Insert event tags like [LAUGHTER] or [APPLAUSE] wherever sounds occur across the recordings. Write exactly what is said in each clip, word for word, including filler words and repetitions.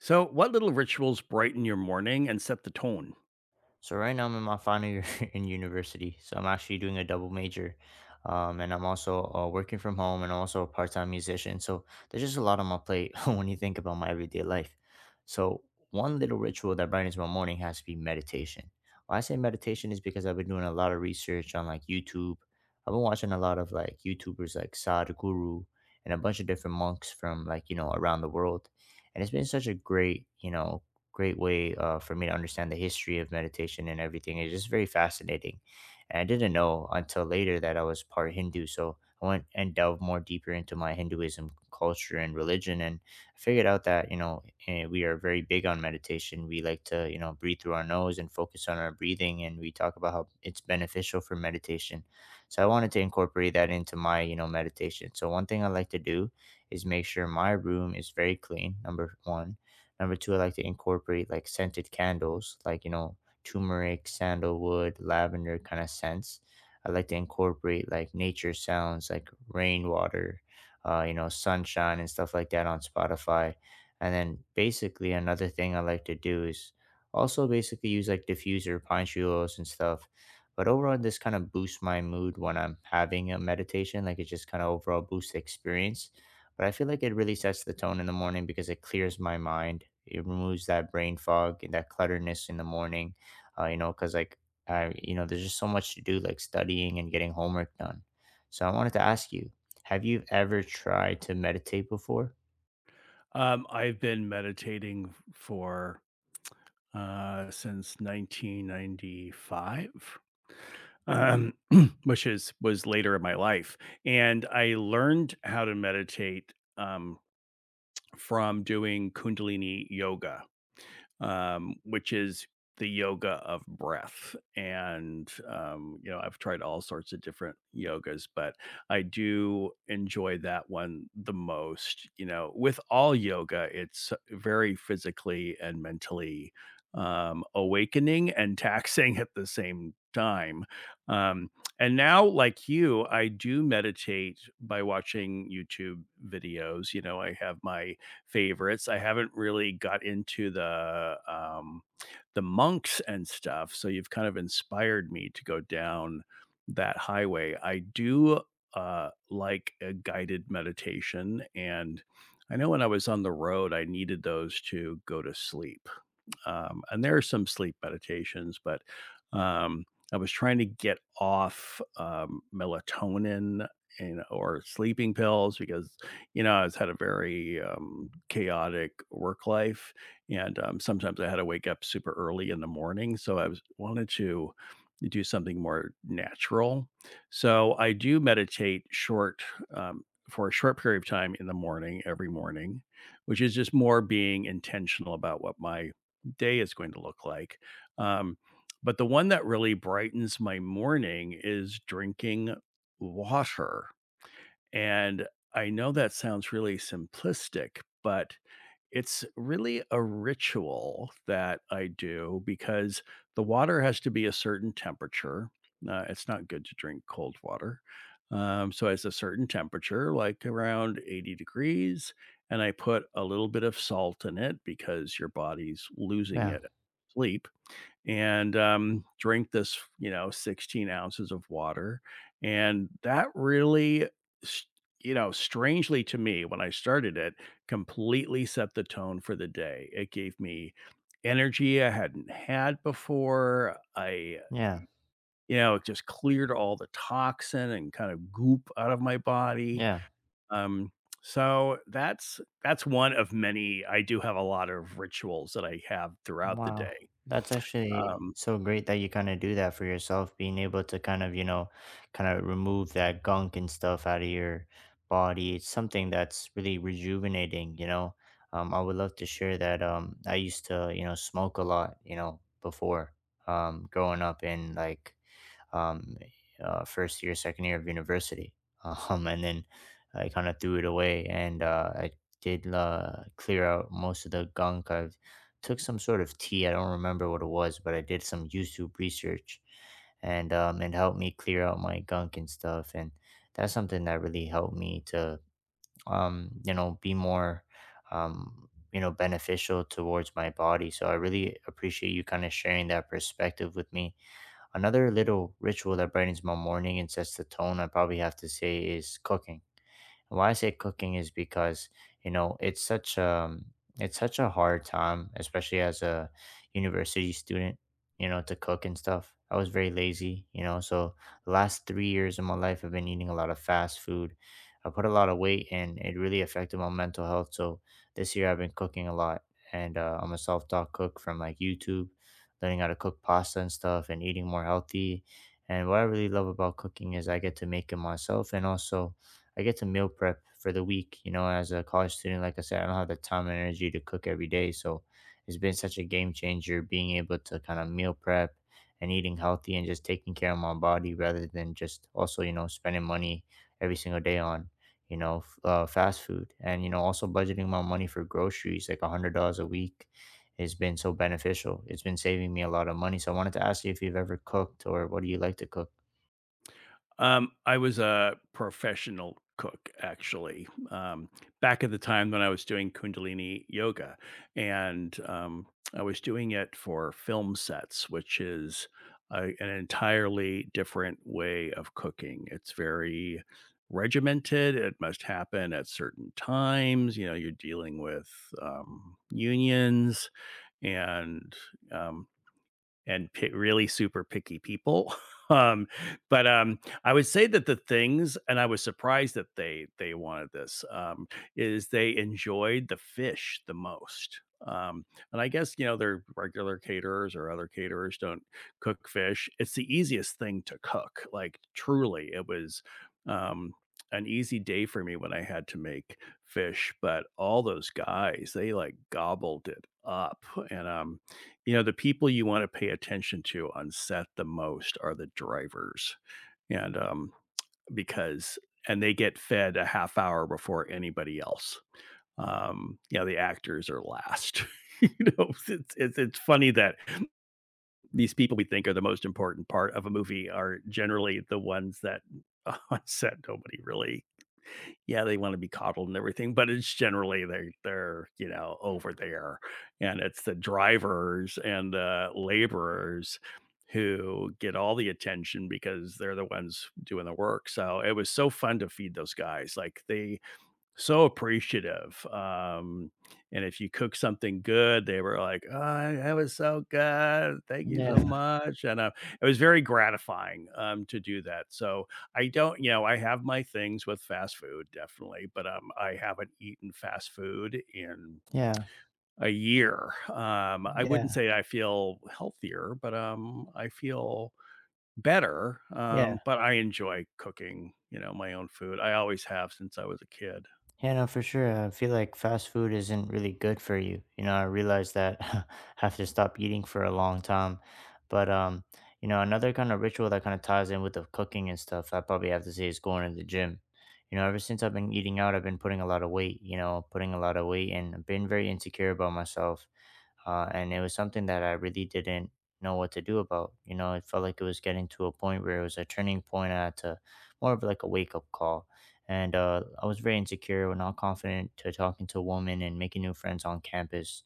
So, what little rituals brighten your morning and set the tone? So right now I'm in my final year [LAUGHS] in university. So I'm actually doing a double major, um, and I'm also uh, working from home and I'm also a part-time musician. So there's just a lot on my plate [LAUGHS] when you think about my everyday life. So one little ritual that brightens my morning has to be meditation. Why I say meditation is because I've been doing a lot of research on like YouTube. I've been watching a lot of like YouTubers like Sadhguru and a bunch of different monks from like you know around the world, and it's been such a great you know great way uh, for me to understand the history of meditation and everything. It's just very fascinating. And I didn't know until later that I was part Hindu. So I went and delved more deeper into my Hinduism culture and religion. And I figured out that, you know, eh, we are very big on meditation. We like to, you know, breathe through our nose and focus on our breathing. And we talk about how it's beneficial for meditation. So I wanted to incorporate that into my, you know, meditation. So one thing I like to do is make sure my room is very clean, number one. Number two, I like to incorporate like scented candles, like, you know, turmeric, sandalwood, lavender kind of scents. I like to incorporate like nature sounds, like rainwater, uh, you know, sunshine and stuff like that on Spotify. And then basically, another thing I like to do is also basically use like diffuser, pine tree oils, and stuff. But overall, this kind of boosts my mood when I'm having a meditation. Like it just kind of overall boosts the experience, but I feel like it really sets the tone in the morning because it clears my mind. It removes that brain fog and that clutterness in the morning, uh, you know, because like I, you know, there's just so much to do, like studying and getting homework done. So I wanted to ask you, have you ever tried to meditate before? Um, I've been meditating for uh since nineteen ninety-five, um, [CLEARS THROAT] which is was later in my life, and I learned how to meditate um from doing Kundalini yoga. um, which is the yoga of breath. And, um, you know, I've tried all sorts of different yogas, but I do enjoy that one the most. You know, with all yoga, it's very physically and mentally um, awakening and [LAUGHS] taxing at the same time. Um, and now, like you, I do meditate by watching YouTube videos. You know, I have my favorites. I haven't really got into the um, the monks and stuff, so you've kind of inspired me to go down that highway. I do uh, like a guided meditation, and I know when I was on the road, I needed those to go to sleep. Um, and there are some sleep meditations, but um, I was trying to get off um, melatonin and or sleeping pills because you know I was had a very um, chaotic work life, and um, sometimes I had to wake up super early in the morning. So I was wanted to do something more natural. So I do meditate short. Um, for a short period of time in the morning every morning, which is just more being intentional about what my day is going to look like. Um, but the one that really brightens my morning is drinking water. And I know that sounds really simplistic, but it's really a ritual that I do because the water has to be a certain temperature. Uh, it's not good to drink cold water. Um, so it's a certain temperature, like around eighty degrees. And I put a little bit of salt in it because your body's losing Yeah, it sleep, and um, drink this, you know, sixteen ounces of water. And that really, s- you know, strangely to me, when I started it, completely set the tone for the day. It gave me energy I hadn't had before. I, yeah, you know, it just cleared all the toxin and kind of goop out of my body. yeah. Um, so that's that's one of many. I do have a lot of rituals that I have throughout the Wow, day. that's actually um, so great that you kind of do that for yourself, being able to kind of, you know, kind of remove that gunk and stuff out of your body. It's something that's really rejuvenating, you know. Um, I would love to share that. Um, I used to, you know, smoke a lot, you know, before um, growing up, and like um, uh, first year, second year of university. [LAUGHS] Um, and then I kind of threw it away and uh, I did uh, clear out most of the gunk. I took some sort of tea. I don't remember what it was, but I did some YouTube research and um, it helped me clear out my gunk and stuff. And that's something that really helped me to, um, you know, be more, um, you know, beneficial towards my body. So I really appreciate you kind of sharing that perspective with me. Another little ritual that brightens my morning and sets the tone I probably have to say is cooking. Why I say cooking is because you know it's such a it's such a hard time, especially as a university student. You know, to cook and stuff. I was very lazy. You know, so the last three years of my life, I've been eating a lot of fast food. I put a lot of weight, and it really affected my mental health. So this year, I've been cooking a lot, and uh, I'm a self-taught cook from like YouTube, learning how to cook pasta and stuff, and eating more healthy. And what I really love about cooking is I get to make it myself, and also I get to meal prep for the week. You know, as a college student, like I said, I don't have the time and energy to cook every day. So it's been such a game changer being able to kind of meal prep and eating healthy and just taking care of my body rather than just also, you know, spending money every single day on, you know, f- uh, fast food. And, you know, also budgeting my money for groceries, like a $100 a week, has been so beneficial. It's been saving me a lot of money. So I wanted to ask you if you've ever cooked or what do you like to cook? Um, I was a professional cook actually, um, back at the time when I was doing Kundalini yoga, and, um, I was doing it for film sets, which is a an entirely different way of cooking. It's very regimented, it must happen at certain times. You know, you're dealing with, um, unions and, um and pi really super picky people. [LAUGHS] Um, but um, I would say that the things, and I was surprised that they they wanted this, um, is they enjoyed the fish the most. Um, and I guess you know their regular caterers or other caterers don't cook fish. It's the easiest thing to cook. Like truly, it was um, an easy day for me when I had to make fish. But all those guys, they like gobbled it up, and um, you know, the people you wanna pay attention to on set the most are the drivers, and, um, because and they get fed a half hour before anybody else. Um, you know, the actors are last. [LAUGHS] You know, it's it's it's funny that these people we think are the most important part of a movie are generally the ones that [LAUGHS] on set nobody really. Yeah, they wanna be coddled and everything, but it's generally they're they're, you know, over there, and it's the drivers and the laborers who get all the attention because they're the ones doing the work. So, it was so fun to feed those guys, like, they so appreciative, um, and if you cook something good, they were like, "Oh, that was so good. Thank you Yeah, so much," and, uh, it was very gratifying, um, to do that. So I don't. you know, I have my things with fast food, definitely, but, um, I haven't eaten fast food in yeah, a year. um, I wouldn't yeah, say I feel healthier, but, um, I feel better. yeah. Um, but I enjoy cooking, you know, my own food. I always have since I was a kid. Yeah, no, for sure. I feel like fast food isn't really good for you. You know, I realized that [LAUGHS] I have to stop eating for a long time. But um, you know, another kind of ritual that kind of ties in with the cooking and stuff, I probably have to say is going to the gym. You know, ever since I've been eating out, I've been putting a lot of weight, you know, putting a lot of weight, and I've been very insecure about myself, uh, and it was something that I really didn't know what to do about. You know, it felt like it was getting to a point where it was a turning point. I had to more of like a wake up call, and uh, I was very insecure, not confident to talking to a woman and making new friends on campus.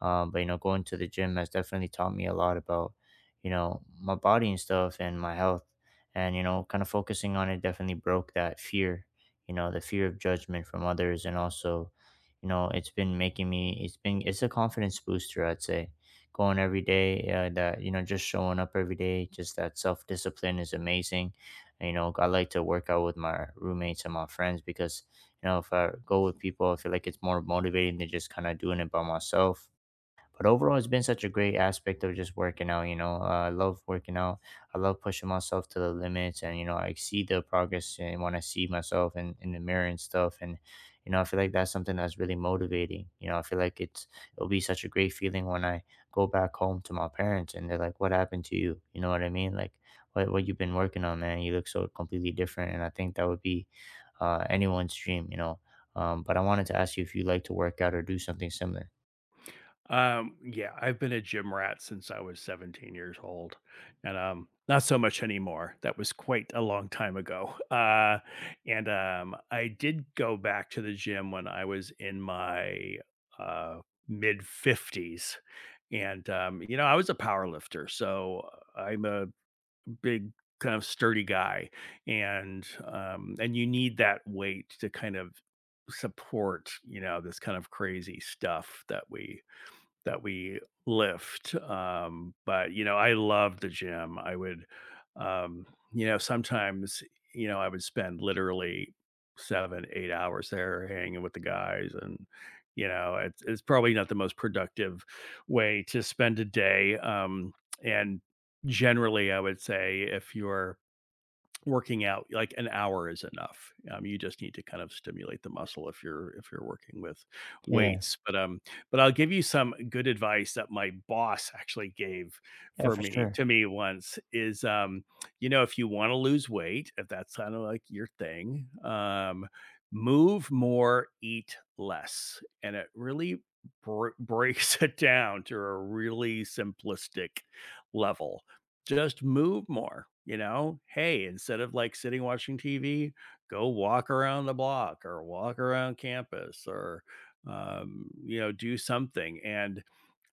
Um, but you know, going to the gym has definitely taught me a lot about you know my body and stuff and my health, and you know, kind of focusing on it definitely broke that fear. You know, the fear of judgment from others, and also you know it's been making me it's been it's a confidence booster, I'd say, going every day, uh, that you know just showing up every day, just that self-discipline is amazing. And, you know, I like to work out with my roommates and my friends because you know if I go with people I feel like it's more motivating than just kind of doing it by myself, but overall, it's been such a great aspect of just working out. You know, uh, I love working out. I love pushing myself to the limits, and you know, I see the progress and when I see myself in, in the mirror and stuff. And you know, I feel like that's something that's really motivating. You know, I feel like it's it'll be such a great feeling when I go back home to my parents and they're like, "What happened to you?" You know what I mean? Like, what what you've been working on, man? You look so completely different. And I think that would be uh, anyone's dream. You know. Um, but I wanted to ask you if you like to work out or do something similar. Um, yeah, I've been a gym rat since I was seventeen years old, and um, not so much anymore. That was quite a long time ago. [LAUGHS] Uh, and um, I did go back to the gym when I was in my uh, mid fifties, and um, you know, I was a power lifter, so I'm a big kind of sturdy guy, and um, and you need that weight to kind of support you know this kind of crazy stuff that we that we lift. Um, but you know, I loved the gym. I would, um, you know, sometimes you know I would spend literally seven, eight hours there hanging with the guys, and you know, it's it's probably not the most productive way to spend a day. Um, and generally, I would say if you're working out, like, an hour is enough. Um, you just need to kind of stimulate the muscle if you're if you're working with Yeah, weights. But um, but I'll give you some good advice that my boss actually gave yeah, for for me sure. to me once, is um, you know, if you want to lose weight, if that's kind of like your thing, um, move more, eat less. And it really br- breaks [LAUGHS] it down to a really simplistic level. Just move more, you know? Hey, instead of like sitting watching T V, go walk around the block or walk around campus or, um, you know, do something. And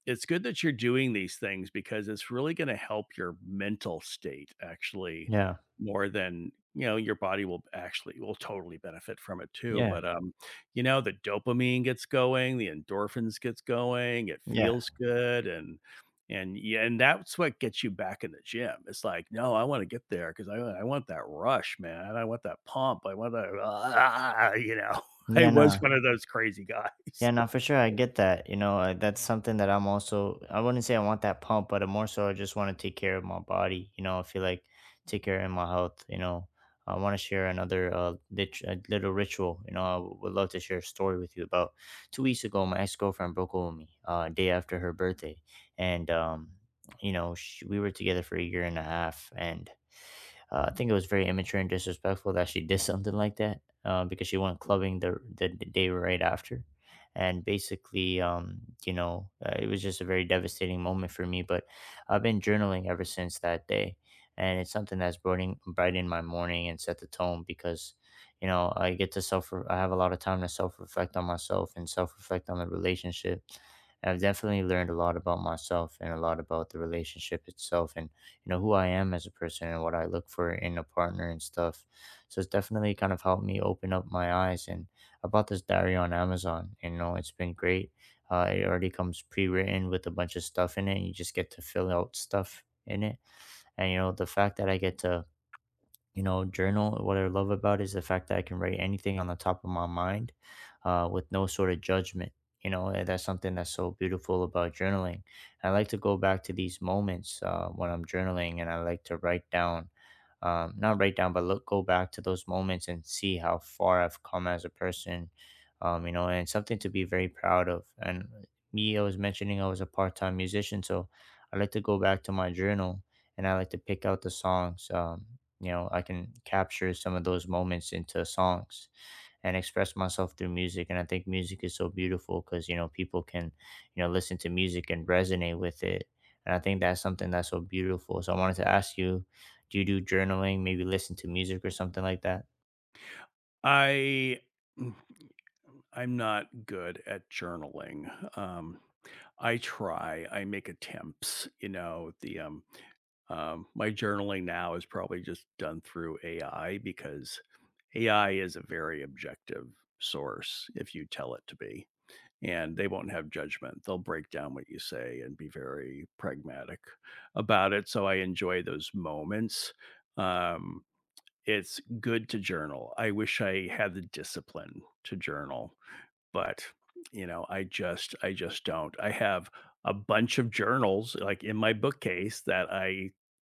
it's good that you're doing these things because it's really going to help your mental state. Actually, Yeah. more than you know, your body will actually will totally benefit from it too, Yeah. but um you know the dopamine gets going, the endorphins gets going, it Yeah. feels good, and and yeah, and that's what gets you back in the gym. It's like, "No, I want to get there because I, I want that rush, man. I want that pump. I want that [LAUGHS] ah, you know [LAUGHS] I Yeah, no. was one of those crazy Yeah, guys." no, for sure. I get that. You know, uh, that's something that I'm also, I wouldn't say I [LAUGHS] want that pump, but more so I just want to take care of my body. You know, I feel like take care of my health. You know, I want to share another uh, lit- uh, little ritual. You know, I w- would love to share a story with you about two weeks ago. My ex girlfriend broke up with me uh, day after her birthday. And, um, you know, sh we were together for a year and a half. And uh, I think it was very immature and disrespectful that she did [LAUGHS] something like that uh, because she went clubbing the, the day right after, and basically um you know uh, it was just a very devastating moment for me, but I've been journaling ever since that day, and it's something that's brightening brightened my morning and set the tone because you know I get to self I have a lot of time to self reflect on myself and self reflect on the relationship, and I've definitely learned a lot about myself and a lot about the relationship itself, and you know who I am as a person and what I look for in a partner and stuff. So it's definitely kind of helped me open up my eyes. And I bought this diary on Amazon, and you know it's been great. Uh, it already comes pre-written with a bunch of stuff in it. You just get to fill out stuff in it, and you know the fact that I get to you know, journal. What I love about it is the fact that I can write anything on the top of my mind uh, with no sort of judgment. You know, and that's something that's so beautiful about journaling. I like to go back to these moments uh, when I'm journaling, and I like to write down, um, not write down, but look, go back to those moments and see how far I've come as a person, um, you know, and something to be very proud of. And me, I was mentioning I was a part time musician, so I like to go back to my journal and I like to pick out the songs. Um, you know I can capture some of those moments into songs and express myself through music, and I think music is so beautiful because you know people can you know listen to music and resonate with it, and I think that's something that's so beautiful. So I wanted to ask you, do you do journaling, maybe listen to music or something like that? I mm, I'm not good at journaling. Um, I try. I make attempts. You know, the um, um, my journaling now is probably just done through A I because A I is a very objective source if you tell it to be, and they won't have judgment. They'll break down what you say and be very pragmatic about it. So I enjoy those moments. Um, it's good to journal. I wish I had the discipline to journal, but, you know, I just I just don't. I have a bunch of journals, like, in my bookcase that I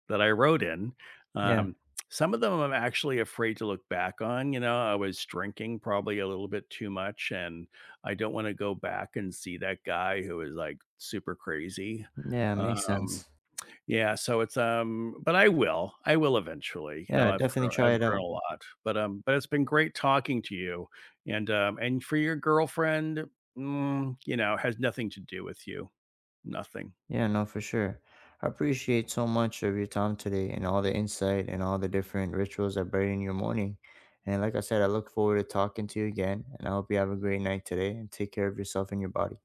that I wrote in. Yeah, Um, some of them I'm actually afraid to look back on. you know, I was drinking probably a little bit too much, and I don't wanna go back and see that guy who was, like, super crazy. yeah, makes Um, sense. yeah, so it's, um but I will. I will eventually. you know, Yeah, I've definitely grown try I've it out. grown a lot, but, um but it's been great talking to you, and, um and for your girlfriend, mm, you know, has nothing to do with you. Nothing. Yeah, no, for sure. I appreciate so much of your time today and all the insight and all the different rituals that brighten your morning. And like I said, I look forward to talking to you again. And I hope you have a great night today and take care of yourself and your body.